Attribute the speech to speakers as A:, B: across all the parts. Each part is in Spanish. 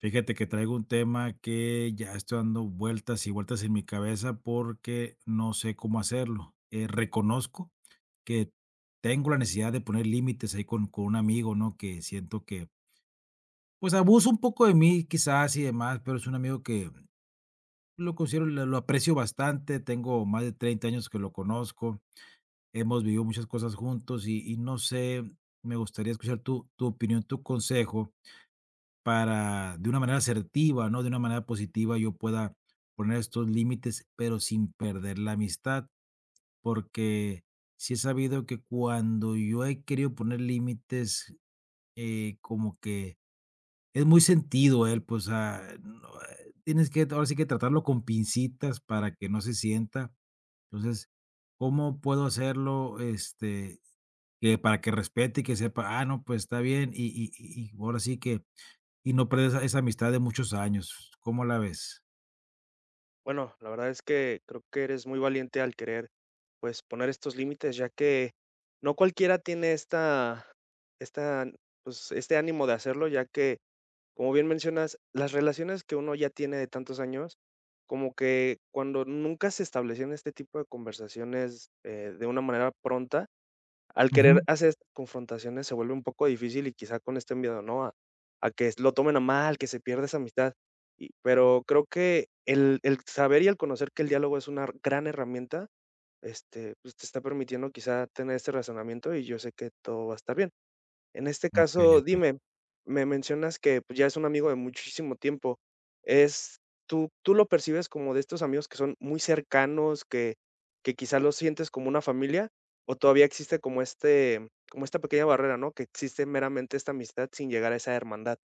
A: Fíjate que traigo un tema que ya estoy dando vueltas y vueltas en mi cabeza porque no sé cómo hacerlo. Reconozco que tengo la necesidad de poner límites ahí con un amigo, ¿no? Que siento que, pues, abuso un poco de mí quizás y demás, pero es un amigo que lo considero, lo aprecio bastante. Tengo más de 30 años que lo conozco. Hemos vivido muchas cosas juntos y no sé, me gustaría escuchar tu opinión, tu consejo para, de una manera asertiva, ¿no? De una manera positiva, yo pueda poner estos límites, pero sin perder la amistad, porque sí he sabido que cuando yo he querido poner límites, como que es muy sentido él, pues, ah, no, tienes que, ahora sí que tratarlo con pincitas para que no se sienta. Entonces, ¿cómo puedo hacerlo? Que para que respete y que sepa, ah, no, pues está bien, y ahora sí que y no perder esa amistad de muchos años, ¿cómo la ves?
B: Bueno, la verdad es que creo que eres muy valiente al querer, pues, poner estos límites, ya que no cualquiera tiene esta, pues, este ánimo de hacerlo, ya que, como bien mencionas, las relaciones que uno ya tiene de tantos años, como que cuando nunca se establecieron este tipo de conversaciones, de una manera pronta, al querer
A: Ujú.
B: hacer estas confrontaciones se vuelve un poco difícil y quizá con este miedo, ¿no? A que lo tomen a mal, que se pierda esa amistad. Y pero creo que el saber y el conocer que el diálogo es una gran herramienta, este, pues, te está permitiendo quizá tener este razonamiento y yo sé que todo va a estar bien. En este
A: Okey,
B: caso,
A: okey.
B: dime, me mencionas que, pues, ya es un amigo de muchísimo tiempo. Es ¿tú tú lo percibes como de estos amigos que son muy cercanos, que quizá los sientes como una familia, o todavía existe como este como esta pequeña barrera, ¿no?, que existe meramente esta amistad sin llegar a esa hermandad?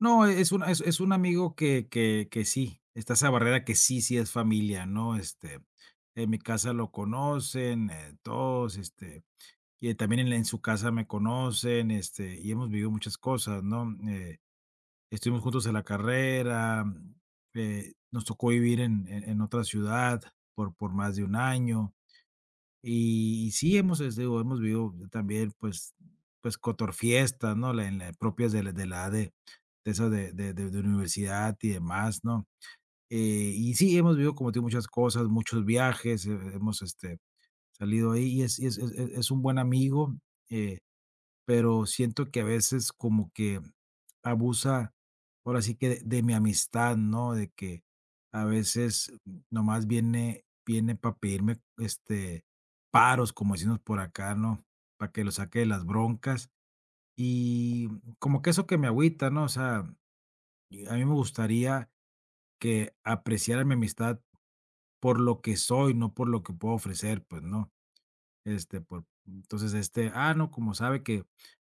A: No, es un es un amigo que sí, está esa barrera que sí, sí es familia, ¿no? En mi casa lo conocen, todos, y también en la en su casa me conocen, y hemos vivido muchas cosas, ¿no? Estuvimos juntos en la carrera, nos tocó vivir en en otra ciudad por más de un año. Y sí, hemos, digo, hemos vivido también, pues, cotorfiestas, ¿no? La en la propias de la de la de esas de universidad y demás, ¿no? Y sí, hemos vivido, como te digo, muchas cosas, muchos viajes, hemos, salido ahí y es un buen amigo, eh, pero siento que a veces como que abusa, ahora sí que de mi amistad, ¿no? De que a veces nomás viene, viene para pedirme paros, como decimos por acá, ¿no? Para que lo saque de las broncas. Y como que eso que me agüita, ¿no? O sea, y a mí me gustaría que apreciara mi amistad por lo que soy, no por lo que puedo ofrecer, pues, ¿no? Por entonces, ah, no, como sabe que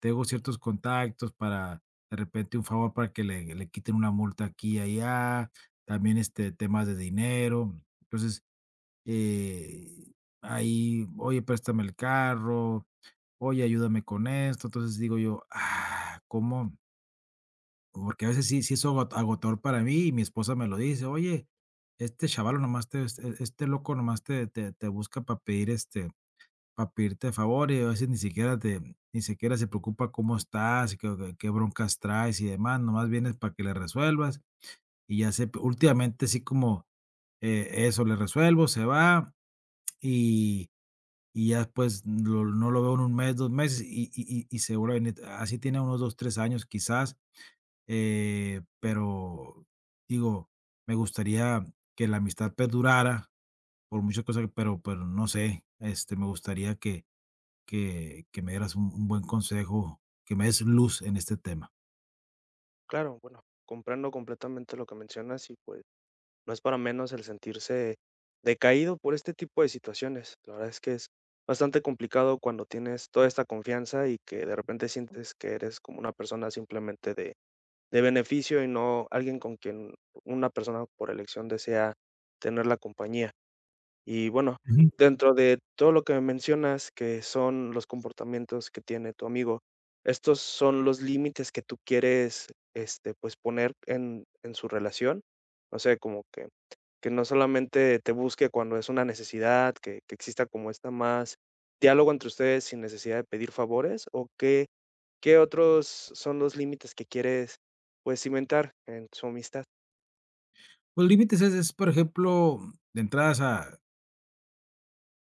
A: tengo ciertos contactos para, de repente, un favor para que le quiten una multa aquí y allá, también, temas de dinero. Entonces, eh, ahí, oye, préstame el carro, oye, ayúdame con esto. Entonces, digo yo: "Ah, ¿cómo?". Porque a veces sí es agotador para mí y mi esposa me lo dice: "Oye, este chaval nomás te este loco nomás te busca para pedir, para pedirte favor y a veces ni siquiera se preocupa cómo estás, qué broncas traes y demás, nomás vienes para que le resuelvas, y ya sé últimamente sí como, eso, le resuelvo, se va, y y ya pues lo no lo veo en un mes, 2 meses, y se vuelve a venir. Así tiene unos 2 3 años quizás, pero digo, me gustaría que la amistad perdurara por muchas cosas, pero no sé, me gustaría que me dieras un buen consejo, que me des luz en este tema.
B: Claro, bueno, comprendo completamente lo que mencionas y, pues, no es para menos el sentirse decaído por este tipo de situaciones. La verdad es que es bastante complicado cuando tienes toda esta confianza y que de repente sientes que eres como una persona simplemente de beneficio y no alguien con quien una persona por elección desea tener la compañía. Y bueno,
A: Ujú.
B: dentro de todo lo que me mencionas, que son los comportamientos que tiene tu amigo, estos son los límites que tú quieres, este, pues poner en su relación. No sé, como que no solamente te busque cuando es una necesidad, que exista como esta más diálogo entre ustedes sin necesidad de pedir favores, o qué, qué otros son los límites que quieres pues cimentar en su amistad.
A: Los límites es, por ejemplo, de entradas a,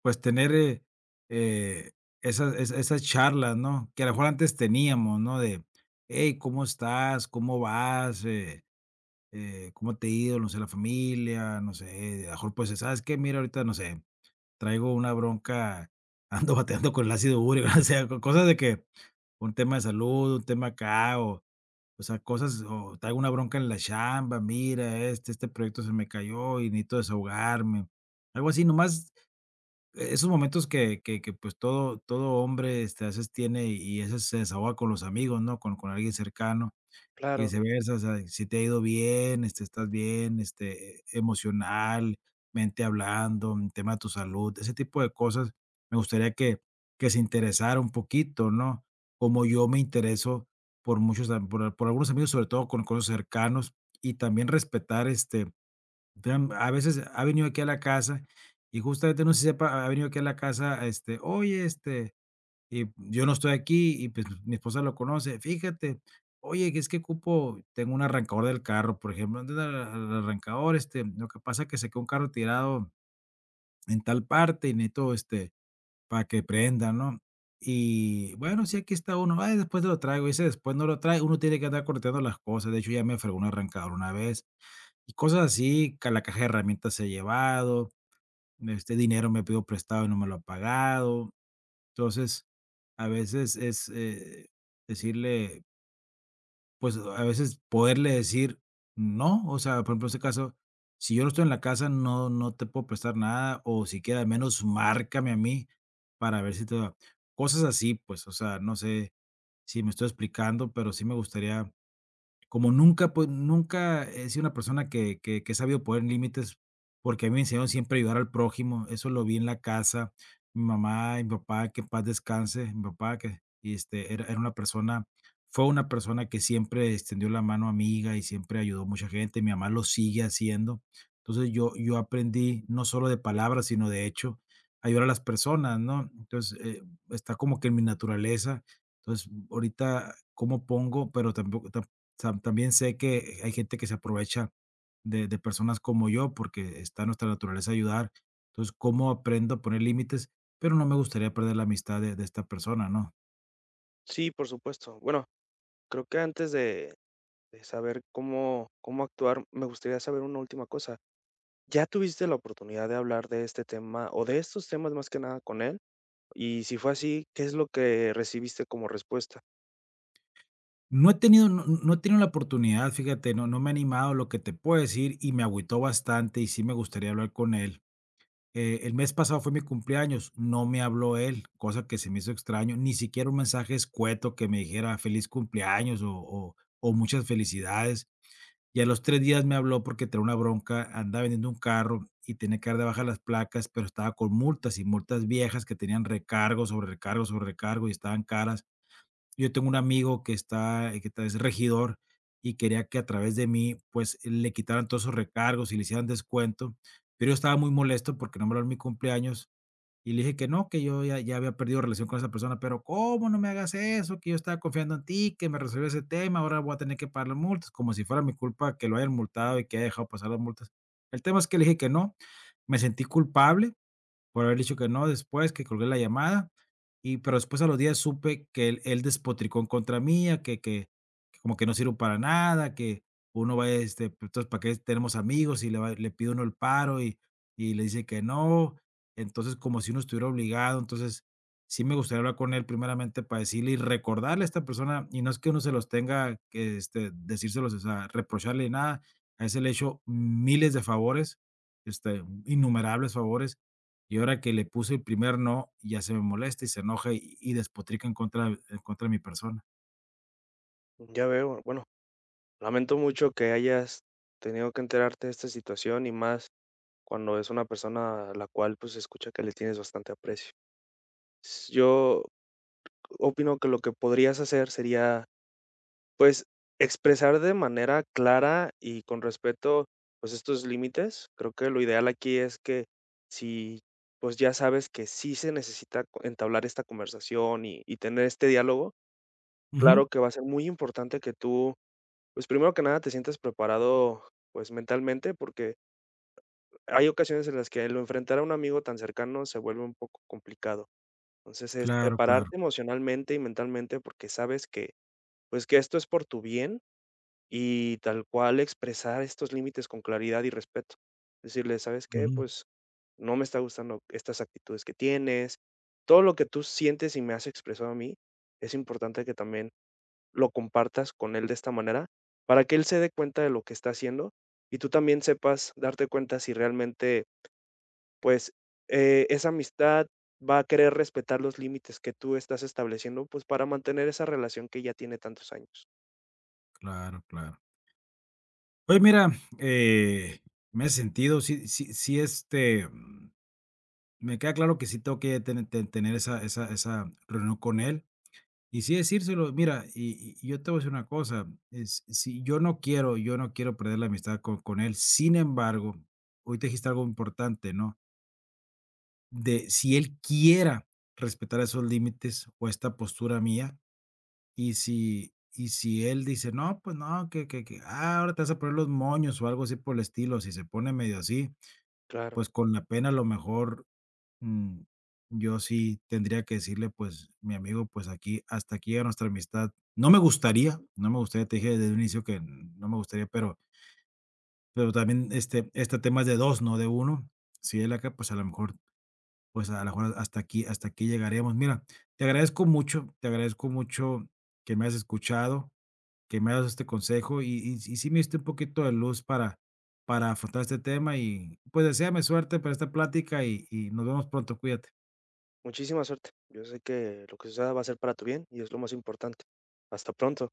A: pues, tener, eh, esas charlas, ¿no? Que a lo mejor antes teníamos, ¿no? De: "Hey, ¿cómo estás? ¿Cómo vas? ¿Cómo te ha ido? No sé, la familia", no sé, a lo mejor, pues, ¿sabes qué? Mira, ahorita, no sé, traigo una bronca, ando bateando con el ácido úrico, o sea, co cosas de que un tema de salud, un tema acá O sea, cosas o traigo una bronca en la chamba, mira, este proyecto se me cayó y necesito desahogarme. Algo así, nomás esos momentos que, pues, todo hombre, a veces tiene y a veces se desahoga con los amigos, ¿no? Con alguien cercano. Y
B: Claro,
A: viceversa, o sea, si te ha ido bien, estás bien, emocionalmente hablando, en tema de tu salud, ese tipo de cosas, me gustaría que se interesara un poquito, ¿no? Como yo me intereso por muchos, am por algunos amigos, sobre todo con los cercanos, y también respetar, vean, a veces ha venido aquí a la casa y justamente, no sé si sepa, ha venido aquí a la casa, "Oye, este". Y yo no estoy aquí y, pues, mi esposa lo conoce. Fíjate, oye, que es que ocupo tengo un arrancador del carro, por ejemplo, ¿dónde está el arrancador? Lo que pasa es que se quedó un carro tirado en tal parte y necesito, para que prenda, ¿no? Y bueno, sí, aquí está uno, ay, después te lo traigo, y ese después no lo trae, uno tiene que andar correteando las cosas. De hecho, ya me fregó un arrancador una vez, y cosas así, que la caja de herramientas he llevado, dinero me pido prestado y no me lo ha pagado. Entonces, a veces es, decirle, pues, a veces poderle decir no, o sea, por ejemplo, en este caso, si yo no estoy en la casa, no te puedo prestar nada, o si queda menos márcame a mí para ver si te va. Cosas así, pues, o sea, no sé si me estoy explicando, pero sí me gustaría como nunca, pues, nunca he sido una persona que he sabido poner límites, porque a mí me enseñaron siempre a ayudar al prójimo, eso lo vi en la casa. Mi mamá y mi papá, que en paz descanse, mi papá que, era era una persona fue una persona que siempre extendió la mano amiga y siempre ayudó a mucha gente, mi mamá lo sigue haciendo. Entonces, yo aprendí no solo de palabras, sino de hecho, a ayudar a las personas, ¿no? Entonces, está como que en mi naturaleza. Entonces, ahorita, ¿cómo pongo? Pero tampoco Sam también sé que hay gente que se aprovecha de personas como yo, porque está en nuestra naturaleza ayudar. Entonces, ¿cómo aprendo a poner límites? Pero no me gustaría perder la amistad de esta persona, ¿no?
B: sí, por supuesto. Bueno, creo que antes de saber cómo, cómo actuar, me gustaría saber una última cosa. ¿Ya tuviste la oportunidad de hablar de este tema o de estos temas más que nada con él? Y si fue así, ¿qué es lo que recibiste como respuesta?
A: No he tenido no no No he tenido la oportunidad, fíjate, no me he animado, lo que te puedo decir, y me agüitó bastante, y sí me gustaría hablar con él. El mes pasado fue mi cumpleaños, no me habló él, cosa que se me hizo extraño, ni siquiera un mensaje escueto que me dijera feliz cumpleaños o muchas felicidades. Y a los 3 días me habló porque traía una bronca, andaba vendiendo un carro y tenía que dar de baja las placas, pero estaba con multas y multas viejas que tenían recargo, sobre recargo, sobre recargo y estaban caras. Yo tengo un amigo que está que ta es regidor y quería que a través de mí, pues, le quitaran todos esos recargos y le hicieran descuento, pero yo estaba muy molesto porque no me habló en mi cumpleaños y le dije que no, que yo ya había perdido relación con esa persona, pero, ¿cómo no me hagas eso? Que yo estaba confiando en ti, que me resolvías ese tema, ahora voy a tener que pagar las multas, como si fuera mi culpa que lo hayan multado y que haya dejado pasar las multas. El tema es que le dije que no, me sentí culpable por haber dicho que no, después que colgué la llamada, pero después a los días supe que él despotricó en contra mía, que como que no sirvo para nada, que uno va, pues, entonces, ¿para qué tenemos amigos? Y le, le pide uno el paro y le dice que no, entonces como si uno estuviera obligado, entonces sí me gustaría hablar con él primeramente para decirle y recordarle a esta persona, y no es que uno se los tenga que decírselos, o sea, reprocharle nada, a ese le he hecho miles de favores, innumerables favores y ahora que le puse el primer no, ya se me molesta y se enoja y despotrica en contra de mi persona.
B: Ya veo, bueno. Lamento mucho que hayas tenido que enterarte de esta situación y más cuando es una persona a la cual pues se escucha que le tienes bastante aprecio. Yo opino que lo que podrías hacer sería, pues, expresar de manera clara y con respeto pues estos límites. Creo que lo ideal aquí es que si pues ya sabes que sí se necesita entablar esta conversación y tener este diálogo,
A: Ujú.
B: claro que va a ser muy importante que tú, pues, primero que nada, te sientes preparado, pues, mentalmente, porque hay ocasiones en las que el enfrentar a un amigo tan cercano se vuelve un poco complicado. Entonces, es
A: Claro, claro.
B: prepararte emocionalmente y mentalmente, porque sabes que, pues, que esto es por tu bien y tal cual expresar estos límites con claridad y respeto. Decirle: "¿Sabes qué?
A: Ujú.
B: Pues, no me está gustando estas actitudes que tienes". Todo lo que tú sientes y me has expresado a mí, es importante que también lo compartas con él de esta manera, para que él se dé cuenta de lo que está haciendo y tú también sepas darte cuenta si realmente, pues, esa amistad va a querer respetar los límites que tú estás estableciendo, pues, para mantener esa relación que ya tiene tantos años.
A: Claro, claro. Oye, mira, eh, me he sentido, sí, sí, sí, me queda claro que sí tengo que tener esa reunión con él y sí decírselo. Mira, y yo te voy a decir una cosa, es si yo no quiero perder la amistad con él. Sin embargo, hoy te dijiste algo importante, ¿no? De si él quiera respetar esos límites o esta postura mía, y si él dice: "No, pues no, ah, ahora te vas a poner los moños", o algo así por el estilo, si se pone medio así,
B: Claro.
A: pues con la pena a lo mejor, mm, yo sí tendría que decirle: "Pues, mi amigo, pues aquí hasta aquí a nuestra amistad". No me gustaría, no me gustaría, te dije desde el inicio que no me gustaría, pero también, este tema es de 2 no de uno. Si él acá, pues a lo mejor pues, a lo mejor hasta aquí llegaremos. Mira, te agradezco mucho que me hayas escuchado, que me hayas dado este consejo y sí me diste un poquito de luz para afrontar este tema y, pues, deséame suerte para esta plática y nos vemos pronto, cuídate.
B: Muchísima suerte. Yo sé que lo que suceda va a ser para tu bien y es lo más importante. Hasta pronto.